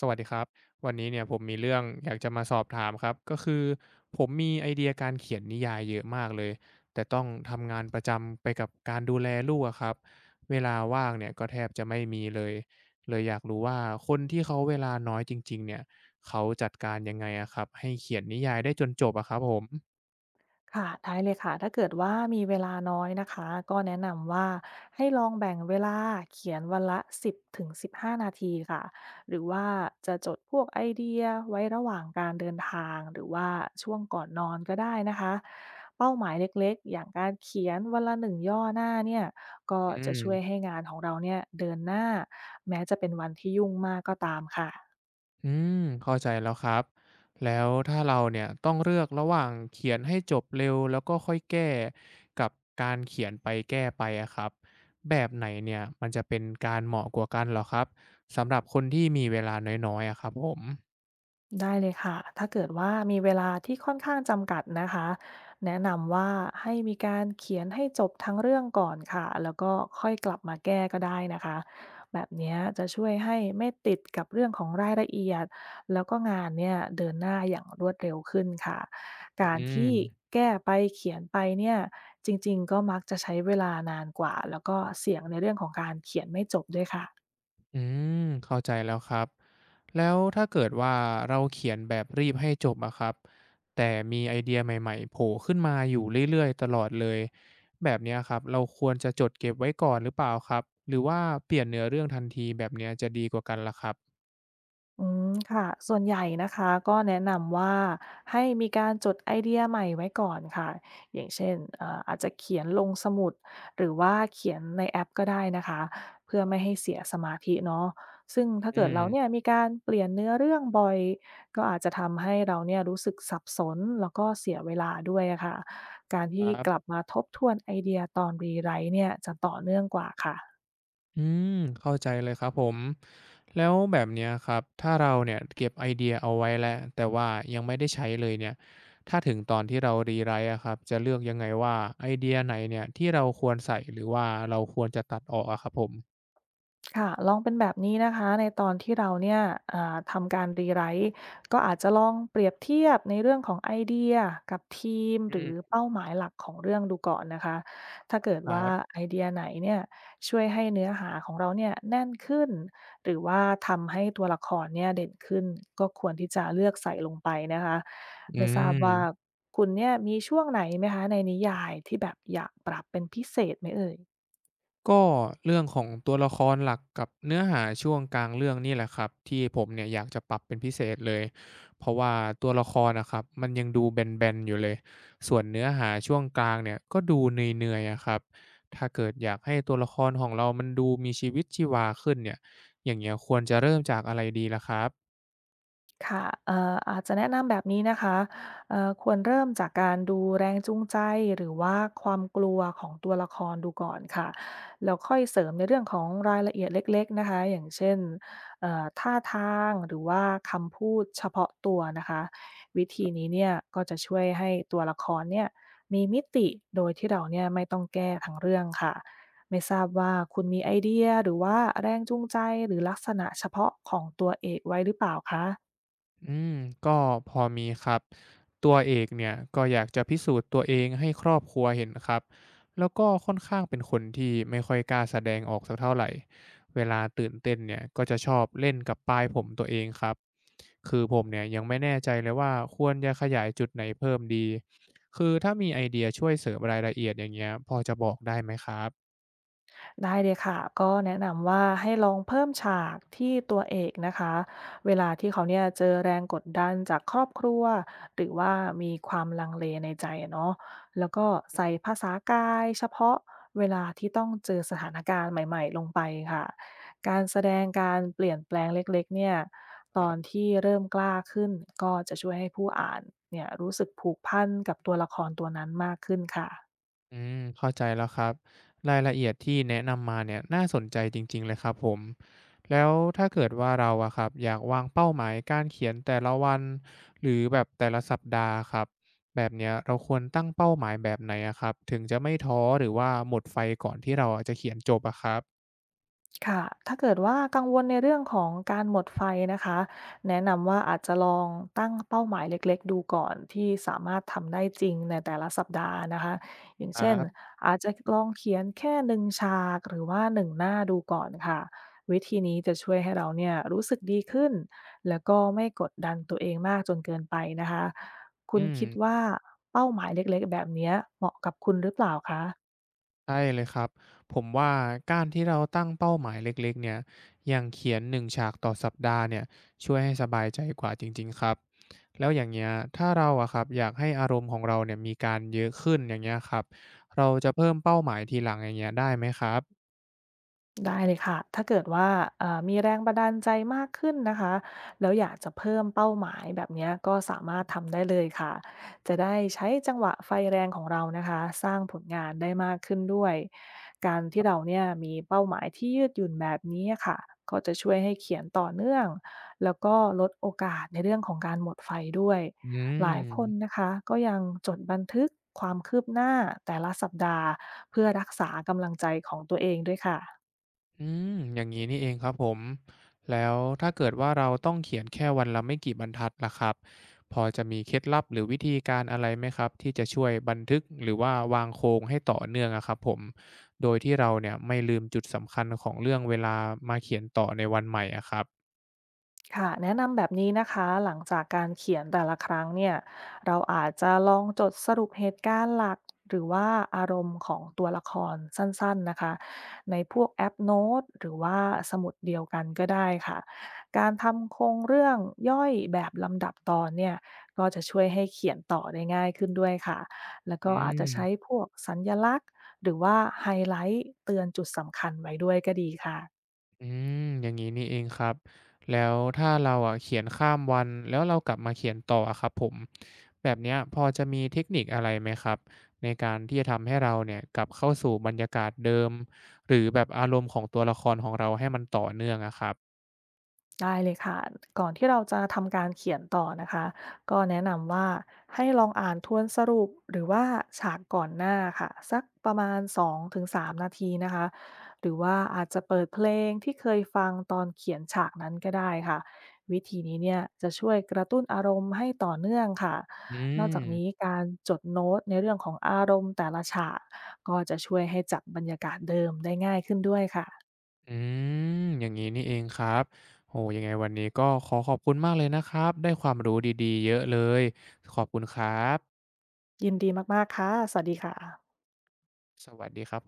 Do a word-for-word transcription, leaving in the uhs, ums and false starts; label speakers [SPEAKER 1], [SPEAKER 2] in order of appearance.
[SPEAKER 1] สวัสดีครับวันนี้เนี่ยผมมีเรื่องอยากจะมาสอบถามครับก็คือผมมีไอเดียการเขียนนิยายเยอะมากเลยแต่ต้องทำงานประจำไปกับการดูแลลูกอะครับเวลาว่างเนี่ยก็แทบจะไม่มีเลยเลยอยากรู้ว่าคนที่เขาเวลาน้อยจริงๆเนี่ยเขาจัดการยังไงอะครับให้เขียนนิยายได้จนจบอะครับผม
[SPEAKER 2] ค่ะได้เลยค่ะถ้าเกิดว่ามีเวลาน้อยนะคะก็แนะนำว่าให้ลองแบ่งเวลาเขียนวันละสิบถึงสิบห้านาทีค่ะหรือว่าจะจดพวกไอเดียไว้ระหว่างการเดินทางหรือว่าช่วงก่อนนอนก็ได้นะคะเป้าหมายเล็กๆอย่างการเขียนวันละหนึ่งย่อหน้าเนี่ยก็
[SPEAKER 1] อื
[SPEAKER 2] จะช่วย
[SPEAKER 1] ม
[SPEAKER 2] ให้งานของเราเนี่ยเดินหน้าแม้จะเป็นวันที่ยุ่งมากก็ตามค่ะ
[SPEAKER 1] อืมเข้าใจแล้วครับแล้วถ้าเราเนี่ยต้องเลือกระหว่างเขียนให้จบเร็วแล้วก็ค่อยแก้กับการเขียนไปแก้ไปอะครับแบบไหนเนี่ยมันจะเป็นการเหมาะกว่ากันเหรอครับสำหรับคนที่มีเวลาน้อยๆอะครับผม
[SPEAKER 2] ได้เลยค่ะ ถ้าเกิดว่ามีเวลาที่ค่อนข้างจำกัดนะคะแนะนำว่าให้มีการเขียนให้จบทั้งเรื่องก่อนค่ะ แล้วก็ค่อยกลับมาแก้ก็ได้นะคะ แบบเนี้ยจะช่วยให้ไม่ติดกับเรื่องของรายละเอียด แล้วก็งานเนี่ยเดินหน้าอย่างรวดเร็วขึ้นค่ะ
[SPEAKER 1] อื
[SPEAKER 2] การที่
[SPEAKER 1] ม
[SPEAKER 2] แก้ไปเขียนไปเนี่ยจริงๆก็มักจะใช้เวลานานกว่า แล้วก็เสี่ยงในเรื่องของการเขียนไม่จบด้วยค่ะ
[SPEAKER 1] อืมเข้าใจแล้วครับแล้วถ้าเกิดว่าเราเขียนแบบรีบให้จบอะครับแต่มีไอเดียใหม่ๆโผล่ขึ้นมาอยู่เรื่อยๆตลอดเลยแบบเนี้ยครับเราควรจะจดเก็บไว้ก่อนหรือเปล่าครับหรือว่าเปลี่ยนเนื้อเรื่องทันทีแบบเนี้ยจะดีกว่ากันล่ะครับ
[SPEAKER 2] อืมค่ะส่วนใหญ่นะคะก็แนะนำว่าให้มีการจดไอเดียใหม่ไว้ก่อนค่ะอย่างเช่นเอ่ออาจจะเขียนลงสมุดหรือว่าเขียนในแอปก็ได้นะคะเพื่อไม่ให้เสียสมาธิเนาะซึ่งถ้า
[SPEAKER 1] อื
[SPEAKER 2] เกิดเราเนี่ย
[SPEAKER 1] ม
[SPEAKER 2] มีการเปลี่ยนเนื้อเรื่องบ่อยก็อาจจะทำให้เราเนี่ยรู้สึกสับสนแล้วก็เสียเวลาด้วยอะค่ะการ
[SPEAKER 1] ค
[SPEAKER 2] ที่
[SPEAKER 1] รั
[SPEAKER 2] กลับ
[SPEAKER 1] บ
[SPEAKER 2] มาทบทวนไอเดียตอนรีไรต์เนี่ยจะต่อเนื่องกว่าค่ะ
[SPEAKER 1] อืมเข้าใจเลยครับผมแล้วแบบเนี้ยครับถ้าเราเนี่ยเก็บไอเดียเอาไว้แล้วแต่ว่ายังไม่ได้ใช้เลยเนี่ยถ้าถึงตอนที่เรารีไรต์อะครับจะเลือกยังไงว่าไอเดียไหนเนี่ยที่เราควรใส่หรือว่าเราควรจะตัดออกอะครับผม
[SPEAKER 2] ค่ะลองเป็นแบบนี้นะคะในตอนที่เราเนี่ยอ่าทำการรีไรต์ก็อาจจะลองเปรียบเทียบในเรื่องของไอเดียกับทีม
[SPEAKER 1] อื
[SPEAKER 2] หรือ
[SPEAKER 1] ม
[SPEAKER 2] เป้าหมายหลักของเรื่องดูก่อนนะคะถ้าเกิด
[SPEAKER 1] ครั
[SPEAKER 2] ว่า
[SPEAKER 1] บ
[SPEAKER 2] ไอเดียไหนเนี่ยช่วยให้เนื้อหาของเราเนี่ยแน่นขึ้นหรือว่าทำให้ตัวละครเนี่ยเด่นขึ้นก็ควรที่จะเลือกใส่ลงไปนะคะ
[SPEAKER 1] อื
[SPEAKER 2] ไม่ทราบว่า
[SPEAKER 1] ม
[SPEAKER 2] คุณเนี่ยมีช่วงไหนไหมคะในนิยายที่แบบอยากปรับเป็นพิเศษไหมเอ่ย
[SPEAKER 1] ก็เรื่องของตัวละครหลักกับเนื้อหาช่วงกลางเรื่องนี่แหละครับที่ผมเนี่ยอยากจะปรับเป็นพิเศษเลยเพราะว่าตัวละครนะครับมันยังดูแบนๆอยู่เลยส่วนเนื้อหาช่วงกลางเนี่ยก็ดูเหนื่อยๆอะครับถ้าเกิดอยากให้ตัวละครของเรามันดูมีชีวิตชีวาขึ้นเนี่ยอย่างเงี้ยควรจะเริ่มจากอะไรดีล่ะครับ
[SPEAKER 2] ค่ะ เอ่ออาจจะแนะนำแบบนี้นะคะเอ่อควรเริ่มจากการดูแรงจูงใจหรือว่าความกลัวของตัวละครดูก่อนค่ะแล้วค่อยเสริมในเรื่องของรายละเอียดเล็กๆนะคะ อย่างเช่นเอ่อท่าทางหรือว่าคำพูดเฉพาะตัวนะคะ วิธีนี้เนี่ยก็จะช่วยให้ตัวละครเนี่ยมีมิติโดยที่เราเนี่ยไม่ต้องแก้ทั้งเรื่องค่ะไม่ทราบว่าคุณมีไอเดียหรือว่าแรงจูงใจหรือลักษณะเฉพาะของตัวเอกไว้หรือเปล่าคะ
[SPEAKER 1] อืมก็พอมีครับตัวเอกเนี่ยก็อยากจะพิสูจน์ตัวเองให้ครอบครัวเห็นครับแล้วก็ค่อนข้างเป็นคนที่ไม่ค่อยกล้าแสดงออกสักเท่าไหร่เวลาตื่นเต้นเนี่ยก็จะชอบเล่นกับปลายผมตัวเองครับคือผมเนี่ยยังไม่แน่ใจเลยว่าควรจะขยายจุดไหนเพิ่มดีคือถ้ามีไอเดียช่วยเสริมรายละเอียดอย่างเงี้ยพอจะบอกได้ไหมครับ
[SPEAKER 2] ได้เลยค่ะก็แนะนำว่าให้ลองเพิ่มฉากที่ตัวเอกนะคะเวลาที่เขาเนี่ยเจอแรงกดดันจากครอบครัวหรือว่ามีความลังเลในใจอะเนาะแล้วก็ใส่ภาษากายเฉพาะเวลาที่ต้องเจอสถานการณ์ใหม่ๆลงไปค่ะการแสดงการเปลี่ยนแปลงเล็กๆเนี่ยตอนที่เริ่มกล้าขึ้นก็จะช่วยให้ผู้อ่านเนี่ยรู้สึกผูกพันกับตัวละครตัวนั้นมากขึ้นค่ะ
[SPEAKER 1] อืมเข้าใจแล้วครับรายละเอียดที่แนะนำมาเนี่ยน่าสนใจจริงๆเลยครับผมแล้วถ้าเกิดว่าเราอะครับอยากวางเป้าหมายการเขียนแต่ละวันหรือแบบแต่ละสัปดาห์ครับแบบเนี้ยเราควรตั้งเป้าหมายแบบไหนอะครับถึงจะไม่ท้อหรือว่าหมดไฟก่อนที่เราอะจะเขียนจบอะครับ
[SPEAKER 2] ค่ะถ้าเกิดว่ากังวลในเรื่องของการหมดไฟนะคะแนะนำว่าอาจจะลองตั้งเป้าหมายเล็กๆดูก่อนที่สามารถทำได้จริงในแต่ละสัปดาห์นะคะ อย่าง
[SPEAKER 1] ครั
[SPEAKER 2] เช่น
[SPEAKER 1] บ
[SPEAKER 2] อาจจะลองเขียนแค่หนึ่งฉากหรือว่าหนึ่งหน้าดูก่อนค่ะ วิธีนี้จะช่วยให้เราเนี่ยรู้สึกดีขึ้นแล้วก็ไม่กดดันตัวเองมากจนเกินไปนะคะคุ
[SPEAKER 1] อื
[SPEAKER 2] ณ
[SPEAKER 1] ม
[SPEAKER 2] คิดว่าเป้าหมายเล็กๆแบบเนี้ยเหมาะกับคุณหรือเปล่าคะ
[SPEAKER 1] ใช่เลยครับผมว่าการที่เราตั้งเป้าหมายเล็กๆเนี่ยอย่างเขียนหนึ่งฉากต่อสัปดาห์เนี่ยช่วยให้สบายใจกว่าจริงๆครับแล้วอย่างเงี้ยถ้าเราอะครับอยากให้อารมณ์ของเราเนี่ยมีการเยอะขึ้นอย่างเงี้ยครับเราจะเพิ่มเป้าหมายทีหลังอย่างเงี้ยได้ไหมครับ
[SPEAKER 2] ได้เลยค่ะ ถ้าเกิดว่าเอ่อมีแรงบันดาลใจมากขึ้นนะคะ แล้วอยากจะเพิ่มเป้าหมายแบบเนี้ยก็สามารถทำได้เลยค่ะจะได้ใช้จังหวะไฟแรงของเรานะคะ สร้างผลงานได้มากขึ้นด้วยการที่เราเนี่ยมีเป้าหมายที่ยืดหยุ่นแบบนี้ค่ะ ก็จะช่วยให้เขียนต่อเนื่องแล้วก็ลดโอกาสในเรื่องของการหมดไฟด้วย
[SPEAKER 1] อื
[SPEAKER 2] หลายคน
[SPEAKER 1] ม
[SPEAKER 2] นะคะก็ยังจดบันทึกความคืบหน้าแต่ละสัปดาห์เพื่อรักษากำลังใจของตัวเองด้วยค่ะ
[SPEAKER 1] อืมอย่างนี้นี่เองครับผม แล้วถ้าเกิดว่าเราต้องเขียนแค่วันละไม่กี่บรรทัดล่ะครับ พอจะมีเคล็ดลับหรือวิธีการอะไรไหมครับที่จะช่วยบันทึกหรือว่าวางโครงให้ต่อเนื่องอะครับผม โดยที่เราเนี่ยไม่ลืมจุดสำคัญของเรื่องเวลามาเขียนต่อในวันใหม่อะครับ
[SPEAKER 2] ค่ะแนะนำแบบนี้นะคะหลังจากการเขียนแต่ละครั้งเนี่ยเราอาจจะลองจดสรุปเหตุการณ์หลักหรือว่าอารมณ์ของตัวละครสั้นๆนะคะในพวกแอปโน้ตหรือว่าสมุดเดียวกันก็ได้ค่ะการทำโครงเรื่องย่อยแบบลำดับตอนเนี่ยก็จะช่วยให้เขียนต่อได้ง่ายขึ้นด้วยค่ะแล้ว
[SPEAKER 1] อื
[SPEAKER 2] ก็อาจจะ
[SPEAKER 1] ม
[SPEAKER 2] ใช้พวกสัญลักษณ์หรือว่าไฮไลท์เตือนจุดสำคัญไว้ด้วยก็ดีค่ะ
[SPEAKER 1] อืมอย่างนี้นี่เองครับแล้วถ้าเราอะเขียนข้ามวันแล้วเรากลับมาเขียนต่ออะครับผมแบบเนี้ยพอจะมีเทคนิคอะไรไหมครับในการที่จะทำให้เราเนี่ยกลับเข้าสู่บรรยากาศเดิมหรือแบบอารมณ์ของตัวละครของเราให้มันต่อเนื่องอะครับ
[SPEAKER 2] ได้เลยค่ะก่อนที่เราจะทำการเขียนต่อนะคะก็แนะนำว่าให้ลองอ่านทวนสรุปหรือว่าฉากก่อนหน้าค่ะสักประมาณสองถึงสามนาทีนาทีนะคะหรือว่าอาจจะเปิดเพลงที่เคยฟังตอนเขียนฉากนั้นก็ได้ค่ะวิธีนี้เนี่ยจะช่วยกระตุ้นอารมณ์ให้ต่อเนื่องค่ะ
[SPEAKER 1] อื
[SPEAKER 2] นอกจา
[SPEAKER 1] ม
[SPEAKER 2] กนี้การจดโน้ตในเรื่องของอารมณ์แต่ละฉากก็จะช่วยให้จับบรรยากาศเดิมได้ง่ายขึ้นด้วยค่ะ
[SPEAKER 1] อืมอย่างงี้นี่เองครับโหยังไงวันนี้ก็ขอขอบคุณมากเลยนะครับได้ความรู้ดีๆเยอะเลยขอบคุณครับ
[SPEAKER 2] ยินดีมากๆค่ะสวัสดีค่ะ
[SPEAKER 1] สวัสดีครับผม